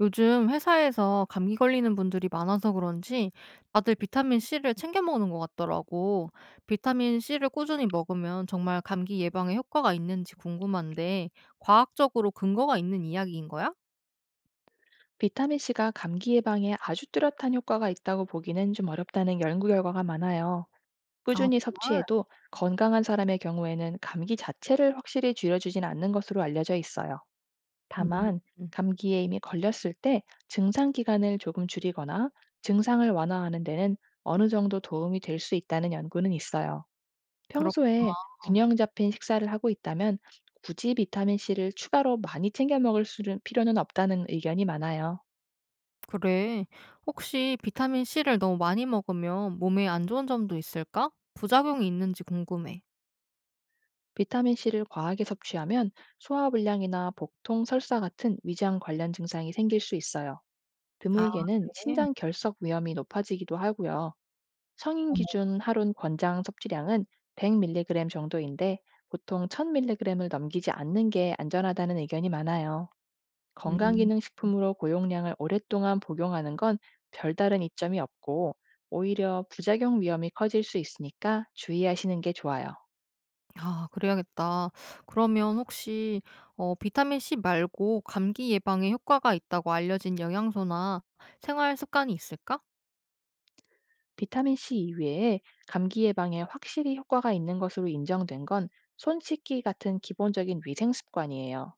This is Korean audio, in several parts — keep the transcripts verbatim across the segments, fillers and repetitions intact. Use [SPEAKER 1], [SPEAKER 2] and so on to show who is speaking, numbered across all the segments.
[SPEAKER 1] 요즘 회사에서 감기 걸리는 분들이 많아서 그런지 다들 비타민 C를 챙겨 먹는 것 같더라고. 비타민 C를 꾸준히 먹으면 정말 감기 예방에 효과가 있는지 궁금한데 과학적으로 근거가 있는 이야기인 거야?
[SPEAKER 2] 비타민 C가 감기 예방에 아주 뚜렷한 효과가 있다고 보기는 좀 어렵다는 연구 결과가 많아요.
[SPEAKER 1] 아,
[SPEAKER 2] 꾸준히
[SPEAKER 1] 정말?
[SPEAKER 2] 섭취해도 건강한 사람의 경우에는 감기 자체를 확실히 줄여주진 않는 것으로 알려져 있어요.
[SPEAKER 1] 음.
[SPEAKER 2] 다만,
[SPEAKER 1] 음,
[SPEAKER 2] 감기에 이미 걸렸을 때 증상 기간을 조금 줄이거나 증상을 완화하는 데는 어느 정도 도움이 될 수 있다는 연구는 있어요.
[SPEAKER 1] 그렇,
[SPEAKER 2] 평소에
[SPEAKER 1] 어,
[SPEAKER 2] 균형 잡힌 식사를 하고 있다면 굳이 비타민 C를 추가로 많이 챙겨 먹을 수는 필요는 없다는 의견이 많아요.
[SPEAKER 1] 그래. 혹시 비타민 C를 너무 많이 먹으면 몸에 안 좋은 점도 있을까? 부작용이 있는지 궁금해.
[SPEAKER 2] 비타민 C를 과하게 섭취하면 소화불량이나 복통, 설사 같은 위장 관련 증상이 생길 수 있어요.
[SPEAKER 1] 아,
[SPEAKER 2] 드물게는
[SPEAKER 1] 네.
[SPEAKER 2] 신장 결석 위험이 높아지기도 하고요. 성인
[SPEAKER 1] 어머.
[SPEAKER 2] 기준 하루 권장 섭취량은 백 밀리그램 정도인데 보통 천 밀리그램을 넘기지 않는 게 안전하다는 의견이 많아요.
[SPEAKER 1] 음.
[SPEAKER 2] 건강기능식품으로 고용량을 오랫동안 복용하는 건 별다른 이점이 없고, 오히려 부작용 위험이 커질 수 있으니까 주의하시는 게 좋아요.
[SPEAKER 1] 아, 그래야겠다. 그러면 혹시 어 비타민 씨 말고 감기 예방에 효과가 있다고 알려진 영양소나 생활 습관이 있을까?
[SPEAKER 2] 비타민 C 이외에 감기 예방에 확실히 효과가 있는 것으로 인정된 건 손 씻기 같은 기본적인 위생 습관이에요.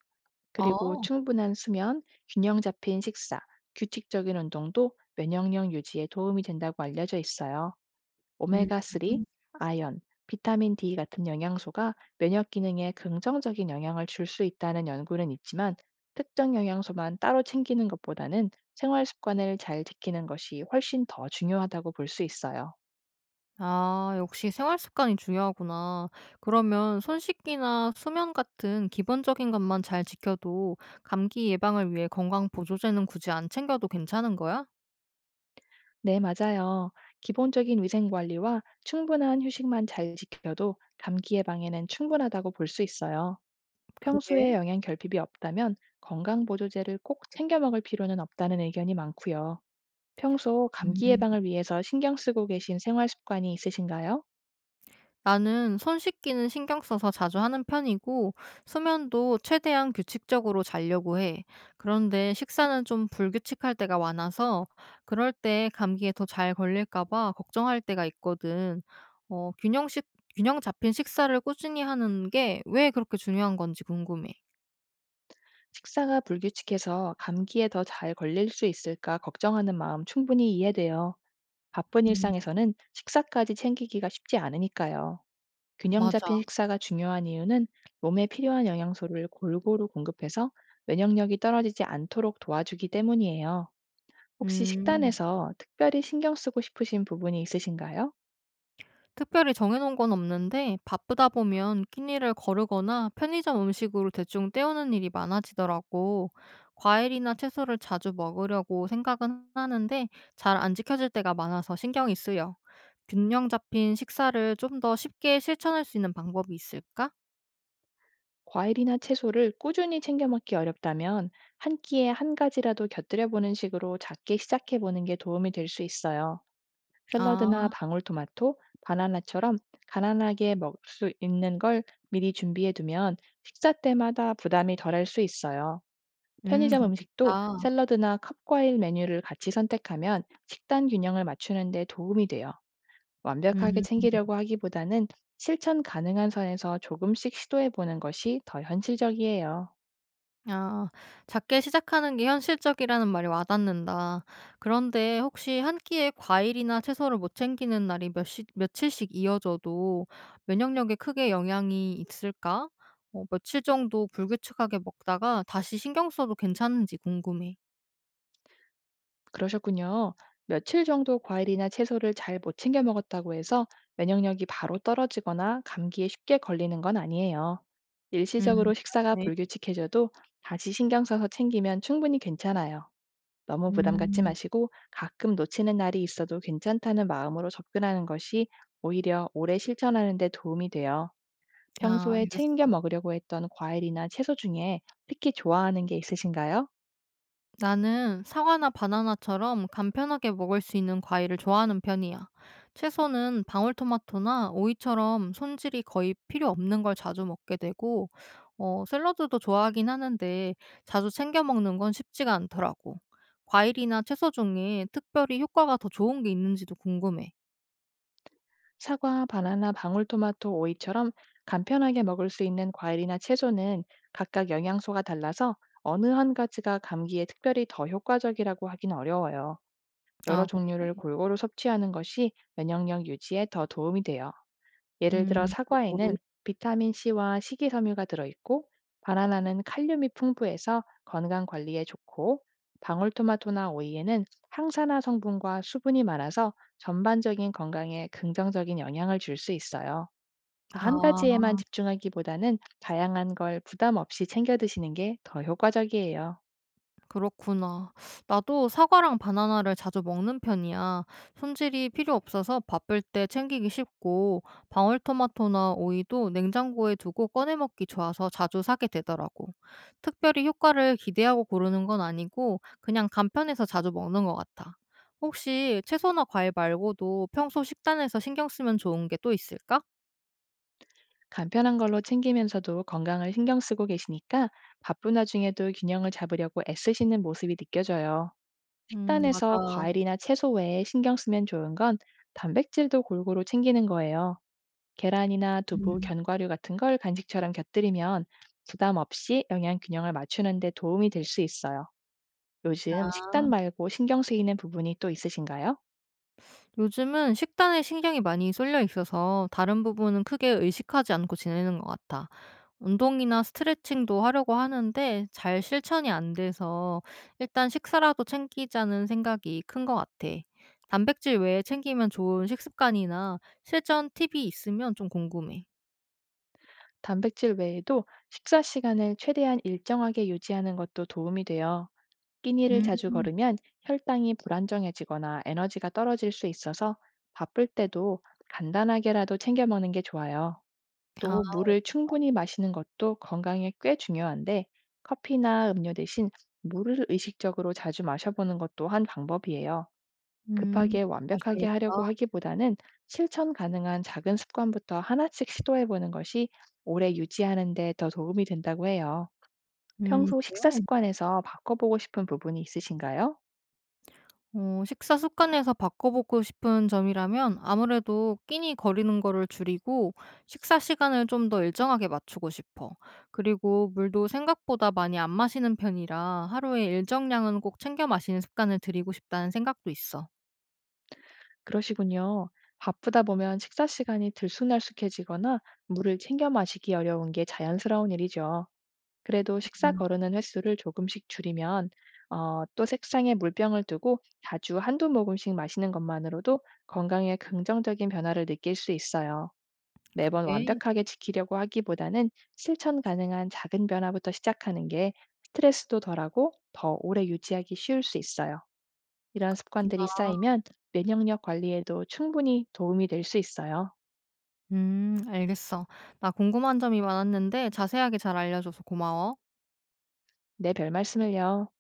[SPEAKER 1] 아.
[SPEAKER 2] 그리고 충분한 수면, 균형 잡힌 식사, 규칙적인 운동도 면역력 유지에 도움이 된다고 알려져 있어요.
[SPEAKER 1] 음.
[SPEAKER 2] 오메가쓰리, 아연, 비타민 D 같은 영양소가 면역 기능에 긍정적인 영향을 줄 수 있다는 연구는 있지만, 특정 영양소만 따로 챙기는 것보다는 생활 습관을 잘 지키는 것이 훨씬 더 중요하다고 볼 수 있어요.
[SPEAKER 1] 아, 역시 생활 습관이 중요하구나. 그러면 손 씻기나 수면 같은 기본적인 것만 잘 지켜도 감기 예방을 위해 건강 보조제는 굳이 안 챙겨도 괜찮은 거야?
[SPEAKER 2] 네, 맞아요. 기본적인 위생 관리와 충분한 휴식만 잘 지켜도 감기 예방에는 충분하다고 볼 수 있어요.
[SPEAKER 1] 그래?
[SPEAKER 2] 평소에 영양 결핍이 없다면 건강 보조제를 꼭 챙겨 먹을 필요는 없다는 의견이 많고요. 평소 감기
[SPEAKER 1] 음.
[SPEAKER 2] 예방을 위해서 신경 쓰고 계신 생활 습관이 있으신가요?
[SPEAKER 1] 나는 손 씻기는 신경 써서 자주 하는 편이고, 수면도 최대한 규칙적으로 자려고 해. 그런데 식사는 좀 불규칙할 때가 많아서, 그럴 때 감기에 더 잘 걸릴까봐 걱정할 때가 있거든. 어, 균형식, 균형 잡힌 식사를 꾸준히 하는 게 왜 그렇게 중요한 건지 궁금해.
[SPEAKER 2] 식사가 불규칙해서 감기에 더 잘 걸릴 수 있을까 걱정하는 마음 충분히 이해돼요. 바쁜
[SPEAKER 1] 음.
[SPEAKER 2] 일상에서는 식사까지 챙기기가 쉽지 않으니까요. 균형
[SPEAKER 1] 맞아.
[SPEAKER 2] 잡힌 식사가 중요한 이유는 몸에 필요한 영양소를 골고루 공급해서 면역력이 떨어지지 않도록 도와주기 때문이에요. 혹시
[SPEAKER 1] 음.
[SPEAKER 2] 식단에서 특별히 신경 쓰고 싶으신 부분이 있으신가요?
[SPEAKER 1] 특별히 정해 놓은 건 없는데 바쁘다 보면 끼니를 거르거나 편의점 음식으로 대충 때우는 일이 많아지더라고. 과일이나 채소를 자주 먹으려고 생각은 하는데 잘 안 지켜질 때가 많아서 신경이 쓰여. 균형 잡힌 식사를 좀 더 쉽게 실천할 수 있는 방법이 있을까?
[SPEAKER 2] 과일이나 채소를 꾸준히 챙겨 먹기 어렵다면 한 끼에 한 가지라도 곁들여 보는 식으로 작게 시작해 보는 게 도움이 될 수 있어요. 샐러드나
[SPEAKER 1] 아.
[SPEAKER 2] 방울토마토, 바나나처럼 가난하게 먹을 수 있는 걸 미리 준비해 두면 식사 때마다 부담이 덜할 수 있어요.
[SPEAKER 1] 음,
[SPEAKER 2] 편의점 음식도
[SPEAKER 1] 그렇겠다.
[SPEAKER 2] 샐러드나 컵과일 메뉴를 같이 선택하면 식단 균형을 맞추는 데 도움이 돼요. 완벽하게
[SPEAKER 1] 음.
[SPEAKER 2] 챙기려고 하기보다는 실천 가능한 선에서 조금씩 시도해 보는 것이 더 현실적이에요.
[SPEAKER 1] 아, 작게 시작하는 게 현실적이라는 말이 와닿는다. 그런데 혹시 한 끼에 과일이나 채소를 못 챙기는 날이 몇 시, 며칠씩 이어져도 면역력에 크게 영향이 있을까? 어, 며칠 정도 불규칙하게 먹다가 다시 신경 써도 괜찮은지 궁금해.
[SPEAKER 2] 그러셨군요. 며칠 정도 과일이나 채소를 잘 못 챙겨 먹었다고 해서 면역력이 바로 떨어지거나 감기에 쉽게 걸리는 건 아니에요.
[SPEAKER 1] 음,
[SPEAKER 2] 일시적으로 식사가
[SPEAKER 1] 다행이네.
[SPEAKER 2] 불규칙해져도 다시 신경 써서 챙기면 충분히 괜찮아요. 너무 부담 갖지
[SPEAKER 1] 음,
[SPEAKER 2] 마시고 가끔 놓치는 날이 있어도 괜찮다는 마음으로 접근하는 것이 오히려 오래 실천하는 데 도움이 돼요.
[SPEAKER 1] 아,
[SPEAKER 2] 평소에 챙겨
[SPEAKER 1] 알겠어.
[SPEAKER 2] 먹으려고 했던 과일이나 채소 중에 특히 좋아하는 게 있으신가요?
[SPEAKER 1] 나는 사과나 바나나처럼 간편하게 먹을 수 있는 과일을 좋아하는 편이야. 채소는 방울토마토나 오이처럼 손질이 거의 필요 없는 걸 자주 먹게 되고, 어, 샐러드도 좋아하긴 하는데 자주 챙겨 먹는 건 쉽지가 않더라고. 과일이나 채소 중에 특별히 효과가 더 좋은 게 있는지도 궁금해.
[SPEAKER 2] 사과, 바나나, 방울토마토, 오이처럼 간편하게 먹을 수 있는 과일이나 채소는 각각 영양소가 달라서 어느 한 가지가 감기에 특별히 더 효과적이라고 하긴 어려워요. 여러
[SPEAKER 1] 아, 그래?
[SPEAKER 2] 종류를 골고루 섭취하는 것이 면역력 유지에 더 도움이 돼요. 예를 들어
[SPEAKER 1] 음,
[SPEAKER 2] 사과에는
[SPEAKER 1] 골고루.
[SPEAKER 2] 비타민 C와 식이섬유가 들어있고, 바나나는 칼륨이 풍부해서 건강 관리에 좋고, 방울토마토나 오이에는 항산화 성분과 수분이 많아서 전반적인 건강에 긍정적인 영향을 줄 수 있어요. 한
[SPEAKER 1] 아.
[SPEAKER 2] 가지에만 집중하기보다는 다양한 걸 부담 없이 챙겨 드시는 게 더 효과적이에요.
[SPEAKER 1] 그렇구나. 나도 사과랑 바나나를 자주 먹는 편이야. 손질이 필요 없어서 바쁠 때 챙기기 쉽고, 방울토마토나 오이도 냉장고에 두고 꺼내 먹기 좋아서 자주 사게 되더라고. 특별히 효과를 기대하고 고르는 건 아니고, 그냥 간편해서 자주 먹는 것 같아. 혹시 채소나 과일 말고도 평소 식단에서 신경 쓰면 좋은 게 또 있을까?
[SPEAKER 2] 간편한 걸로 챙기면서도 건강을 신경 쓰고 계시니까 바쁜 와중에도 균형을 잡으려고 애쓰시는 모습이 느껴져요.
[SPEAKER 1] 음,
[SPEAKER 2] 식단에서
[SPEAKER 1] 맞아.
[SPEAKER 2] 과일이나 채소 외에 신경 쓰면 좋은 건 단백질도 골고루 챙기는 거예요. 계란이나 두부,
[SPEAKER 1] 음,
[SPEAKER 2] 견과류 같은 걸 간식처럼 곁들이면 부담 없이 영양 균형을 맞추는 데 도움이 될 수 있어요. 요즘
[SPEAKER 1] 아.
[SPEAKER 2] 식단 말고 신경 쓰이는 부분이 또 있으신가요?
[SPEAKER 1] 요즘은 식단에 신경이 많이 쏠려 있어서 다른 부분은 크게 의식하지 않고 지내는 것 같아. 운동이나 스트레칭도 하려고 하는데 잘 실천이 안 돼서 일단 식사라도 챙기자는 생각이 큰 것 같아. 단백질 외에 챙기면 좋은 식습관이나 실전 팁이 있으면 좀 궁금해.
[SPEAKER 2] 단백질 외에도 식사 시간을 최대한 일정하게 유지하는 것도 도움이 돼요. 끼니를
[SPEAKER 1] 음.
[SPEAKER 2] 자주 걸으면 혈당이 불안정해지거나 에너지가 떨어질 수 있어서 바쁠 때도 간단하게라도 챙겨 먹는 게 좋아요.
[SPEAKER 1] 아,
[SPEAKER 2] 또 물을 충분히 마시는 것도 건강에 꽤 중요한데, 커피나 음료 대신 물을 의식적으로 자주 마셔보는 것 또한 방법이에요.
[SPEAKER 1] 음.
[SPEAKER 2] 급하게 완벽하게 하려고
[SPEAKER 1] 마셔야겠다.
[SPEAKER 2] 하기보다는 실천 가능한 작은 습관부터 하나씩 시도해보는 것이 오래 유지하는 데 더 도움이 된다고 해요.
[SPEAKER 1] 음,
[SPEAKER 2] 평소
[SPEAKER 1] 그래.
[SPEAKER 2] 식사 습관에서 바꿔보고 싶은 부분이 있으신가요?
[SPEAKER 1] 어 식사 습관에서 바꿔보고 싶은 점이라면 아무래도 끼니 거리는 거를 줄이고 식사 시간을 좀 더 일정하게 맞추고 싶어. 그리고 물도 생각보다 많이 안 마시는 편이라 하루에 일정량은 꼭 챙겨 마시는 습관을 들이고 싶다는 생각도 있어.
[SPEAKER 2] 그러시군요. 바쁘다 보면 식사 시간이 들쑥날쑥해지거나 물을 챙겨 마시기 어려운 게 자연스러운 일이죠. 그래도 식사
[SPEAKER 1] 음,
[SPEAKER 2] 거르는 횟수를 조금씩 줄이면, 어, 또 책상에 물병을 두고 자주 한두 모금씩 마시는 것만으로도 건강에 긍정적인 변화를 느낄 수 있어요. 매번
[SPEAKER 1] 그래.
[SPEAKER 2] 완벽하게 지키려고 하기보다는 실천 가능한 작은 변화부터 시작하는 게 스트레스도 덜하고 더 오래 유지하기 쉬울 수 있어요. 이런 습관들이
[SPEAKER 1] 그렇구나.
[SPEAKER 2] 쌓이면 면역력 관리에도 충분히 도움이 될 수 있어요.
[SPEAKER 1] 음, 알겠어. 나 궁금한 점이 많았는데 자세하게 잘 알려줘서 고마워.
[SPEAKER 2] 네, 별 말씀을요.